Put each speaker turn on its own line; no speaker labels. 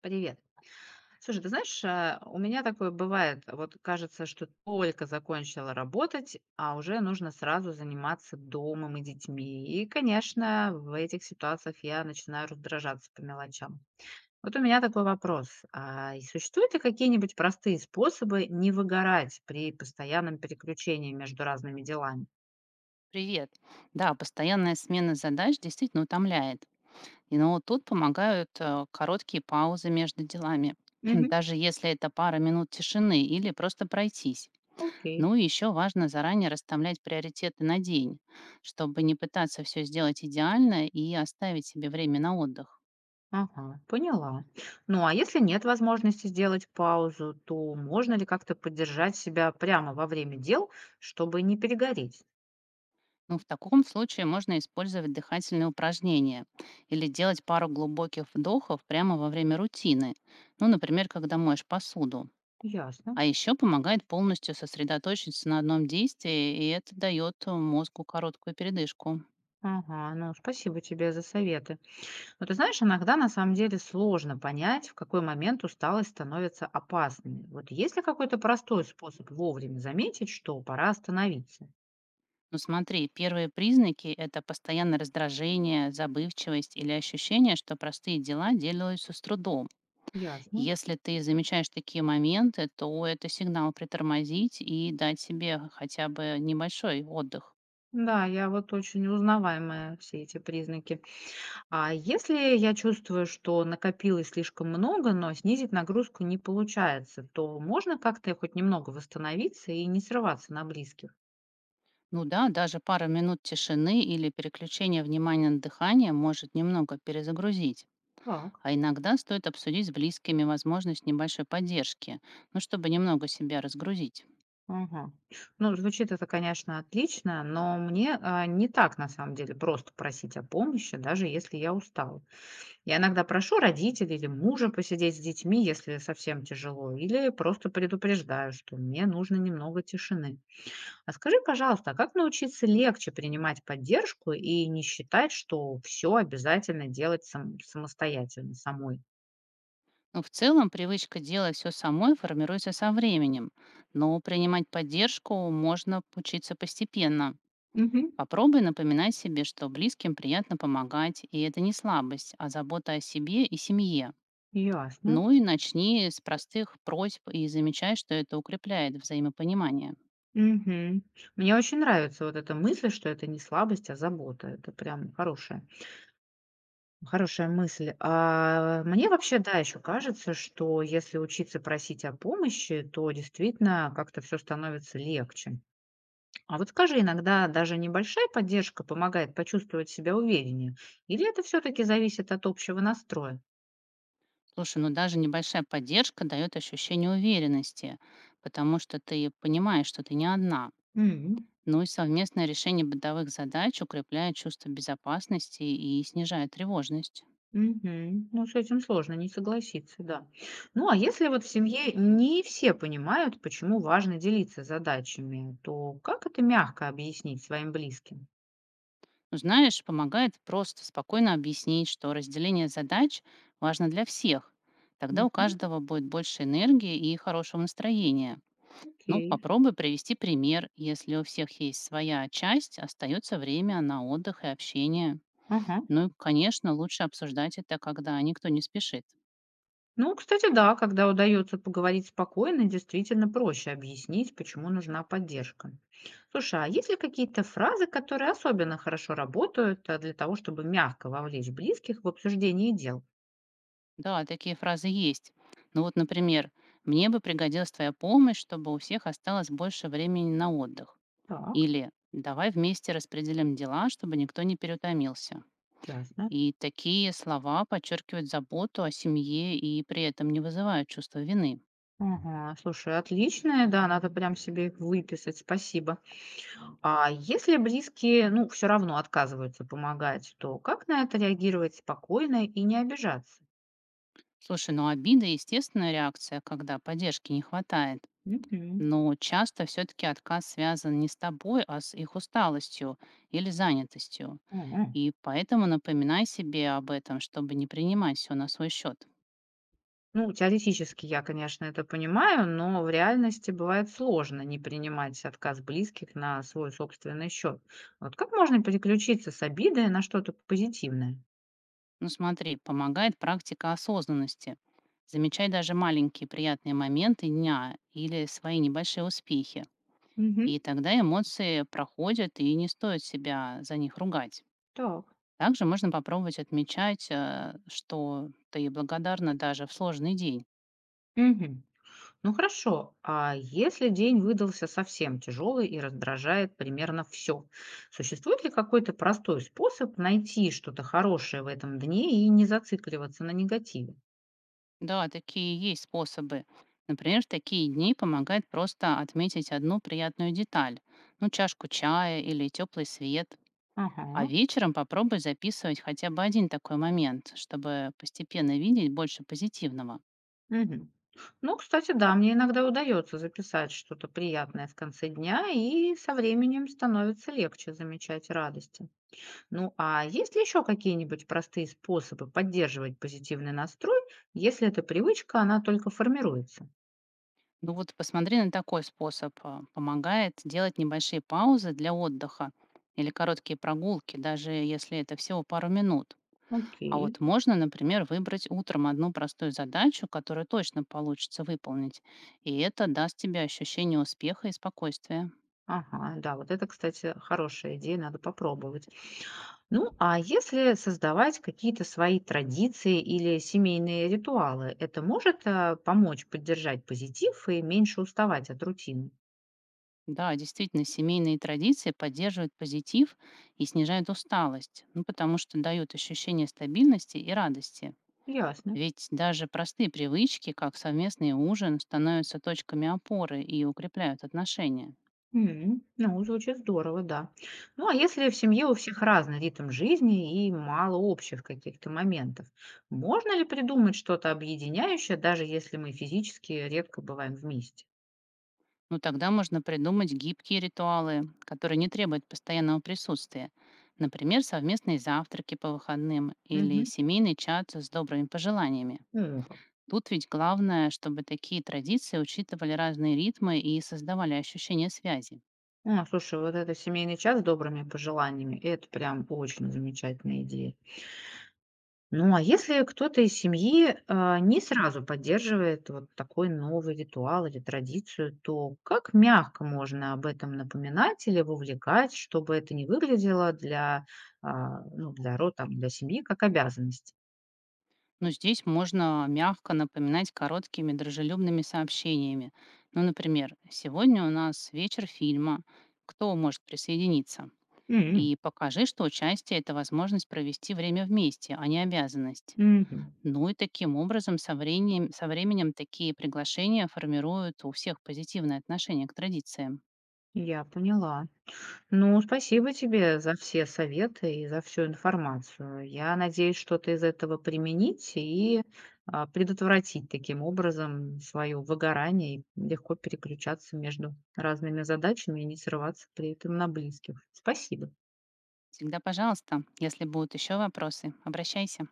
Привет. Слушай, ты знаешь, у меня такое бывает, вот кажется, что только закончила работать, а уже нужно сразу заниматься домом и детьми. И, конечно, в этих ситуациях я начинаю раздражаться по мелочам. Вот у меня такой вопрос. А и существуют ли какие-нибудь простые способы не выгорать при постоянном переключении между разными делами?
Привет. Да, постоянная смена задач действительно утомляет. Но тут помогают короткие паузы между делами,
Мгм.
даже если это пара минут тишины или просто пройтись.
Окей.
Ну и еще важно заранее расставлять приоритеты на день, чтобы не пытаться все сделать идеально и оставить себе время на отдых.
Ага, поняла. Ну, а если нет возможности сделать паузу, то можно ли как-то поддержать себя прямо во время дел, чтобы не перегореть?
Ну, в таком случае можно использовать дыхательные упражнения или делать пару глубоких вдохов прямо во время рутины. Ну, например, когда моешь посуду.
Ясно.
А еще помогает полностью сосредоточиться на одном действии, и это дает мозгу короткую передышку.
Ага, ну спасибо тебе за советы. Но ты знаешь, иногда на самом деле сложно понять, в какой момент усталость становится опасной. Вот есть ли какой-то простой способ вовремя заметить, что пора остановиться?
Но смотри, первые признаки – это постоянное раздражение, забывчивость или ощущение, что простые дела делаются с трудом.
Ясно.
Если ты замечаешь такие моменты, то это сигнал притормозить и дать себе хотя бы небольшой отдых.
Да, я вот очень узнаваемая все эти признаки. А если я чувствую, что накопилось слишком много, но снизить нагрузку не получается, то можно как-то хоть немного восстановиться и не срываться на близких?
Ну да, даже пара минут тишины или переключение внимания на дыхание может немного перезагрузить.
Так.
А иногда стоит обсудить с близкими возможность небольшой поддержки, ну, чтобы немного себя разгрузить.
Ага. Ну, звучит это, конечно, отлично, но мне не так на самом деле просто просить о помощи, даже если я устала. Я иногда прошу родителей или мужа посидеть с детьми, если совсем тяжело, или просто предупреждаю, что мне нужно немного тишины. А скажи, пожалуйста, а как научиться легче принимать поддержку и не считать, что все обязательно делать самостоятельно, самой?
Но в целом привычка делать все самой формируется со временем, но принимать поддержку можно учиться постепенно.
Мгм.
Попробуй напоминать себе, что близким приятно помогать, и это не слабость, а забота о себе и семье.
Ясно.
Ну и начни с простых просьб и замечай, что это укрепляет взаимопонимание.
Мгм. Мне очень нравится вот эта мысль, что это не слабость, а забота. Это прям хорошая, хорошая мысль. А мне вообще, да, еще кажется, что если учиться просить о помощи, то действительно как-то все становится легче. А вот скажи, иногда даже небольшая поддержка помогает почувствовать себя увереннее? Или это все-таки зависит от общего настроя?
Слушай, ну даже небольшая поддержка дает ощущение уверенности, потому что ты понимаешь, что ты не одна.
М,
Ну и совместное решение бытовых задач укрепляет чувство безопасности и снижает тревожность.
мгм. Ну, с этим сложно не согласиться, да. Ну, а если вот в семье не все понимают, почему важно делиться задачами, то как это мягко объяснить своим близким?
Ну, знаешь, помогает просто спокойно объяснить, что разделение задач важно для всех. Тогда у
Мгм,
каждого будет больше энергии и хорошего настроения. Ну,
окей.
попробуй привести пример. Если у всех есть своя часть, остается время на отдых и общение.
Ага.
Ну, и, конечно, лучше обсуждать это, когда никто не спешит.
Ну, кстати, да, когда удается поговорить спокойно, действительно проще объяснить, почему нужна поддержка. Слушай, а есть ли какие-то фразы, которые особенно хорошо работают для того, чтобы мягко вовлечь близких в обсуждение дел?
Да, такие фразы есть. Ну вот, например, «Мне бы пригодилась твоя помощь, чтобы у всех осталось больше времени на отдых».
Так,
Или «Давай вместе распределим дела, чтобы никто не переутомился».
ясно.
И такие слова подчеркивают заботу о семье и при этом не вызывают чувства вины.
Ага, слушай, отличная, да, надо прям себе их выписать, спасибо. А если близкие, ну, все равно отказываются помогать, то как на это реагировать спокойно и не обижаться?
Слушай, ну обида – естественная реакция, когда поддержки не хватает.
Мгм.
Но часто все-таки отказ связан не с тобой, а с их усталостью или занятостью.
Мгм.
И поэтому напоминай себе об этом, чтобы не принимать все на свой счет.
Ну, теоретически я, конечно, это понимаю, но в реальности бывает сложно не принимать отказ близких на свой собственный счет. Вот как можно переключиться с обиды на что-то позитивное?
Ну смотри, помогает практика осознанности. Замечай даже маленькие приятные моменты дня или свои небольшие успехи.
Мгм.
И тогда эмоции проходят, и не стоит себя за них ругать.
Так.
Также можно попробовать отмечать, что ты благодарна даже в сложный день.
Мгм. Ну хорошо, а если день выдался совсем тяжелый и раздражает примерно все, существует ли какой-то простой способ найти что-то хорошее в этом дне и не зацикливаться на негативе?
Да, такие есть способы. Например, в такие дни помогает просто отметить одну приятную деталь, ну, чашку чая или теплый свет. А
Ага.
вечером попробуй записывать хотя бы один такой момент, чтобы постепенно видеть больше позитивного.
Мгм. Ну, кстати, да, мне иногда удается записать что-то приятное в конце дня, и со временем становится легче замечать радости. Ну, а есть ли еще какие-нибудь простые способы поддерживать позитивный настрой, если эта привычка, она только формируется?
Ну вот посмотри на такой способ. Помогает делать небольшие паузы для отдыха или короткие прогулки, даже если это всего пару минут. А
Окей.
вот можно, например, выбрать утром одну простую задачу, которую точно получится выполнить, и это даст тебе ощущение успеха и спокойствия.
Ага, да, вот это, кстати, хорошая идея, надо попробовать. Ну, а если создавать какие-то свои традиции или семейные ритуалы, это может помочь поддержать позитив и меньше уставать от рутины?
Да, действительно, семейные традиции поддерживают позитив и снижают усталость, ну, потому что дают ощущение стабильности и радости.
Ясно.
Ведь даже простые привычки, как совместный ужин, становятся точками опоры и укрепляют отношения.
М, ну, звучит здорово, да. Ну, а если в семье у всех разный ритм жизни и мало общих каких-то моментов, можно ли придумать что-то объединяющее, даже если мы физически редко бываем вместе?
Ну тогда можно придумать гибкие ритуалы, которые не требуют постоянного присутствия. Например, совместные завтраки по выходным или
Мгм.
семейный чат с добрыми пожеланиями.
Ну, как.
Тут ведь главное, чтобы такие традиции учитывали разные ритмы и создавали ощущение связи.
А, слушай, вот это семейный час с добрыми пожеланиями, это прям очень замечательная идея. Ну, а если кто-то из семьи, не сразу поддерживает вот такой новый ритуал или традицию, то как мягко можно об этом напоминать или вовлекать, чтобы это не выглядело для, ну, для для семьи как обязанность?
Но здесь можно мягко напоминать короткими дружелюбными сообщениями. Ну, например, сегодня у нас вечер фильма. Кто может присоединиться?
М,
И покажи, что участие – это возможность провести время вместе, а не обязанность.
мгм.
Ну и таким образом со временем такие приглашения формируют у всех позитивное отношение к традициям.
Я поняла. Ну, спасибо тебе за все советы и за всю информацию. Я надеюсь что-то из этого применить и предотвратить таким образом свое выгорание и легко переключаться между разными задачами и не срываться при этом на близких. Спасибо.
Всегда пожалуйста, если будут еще вопросы, обращайся.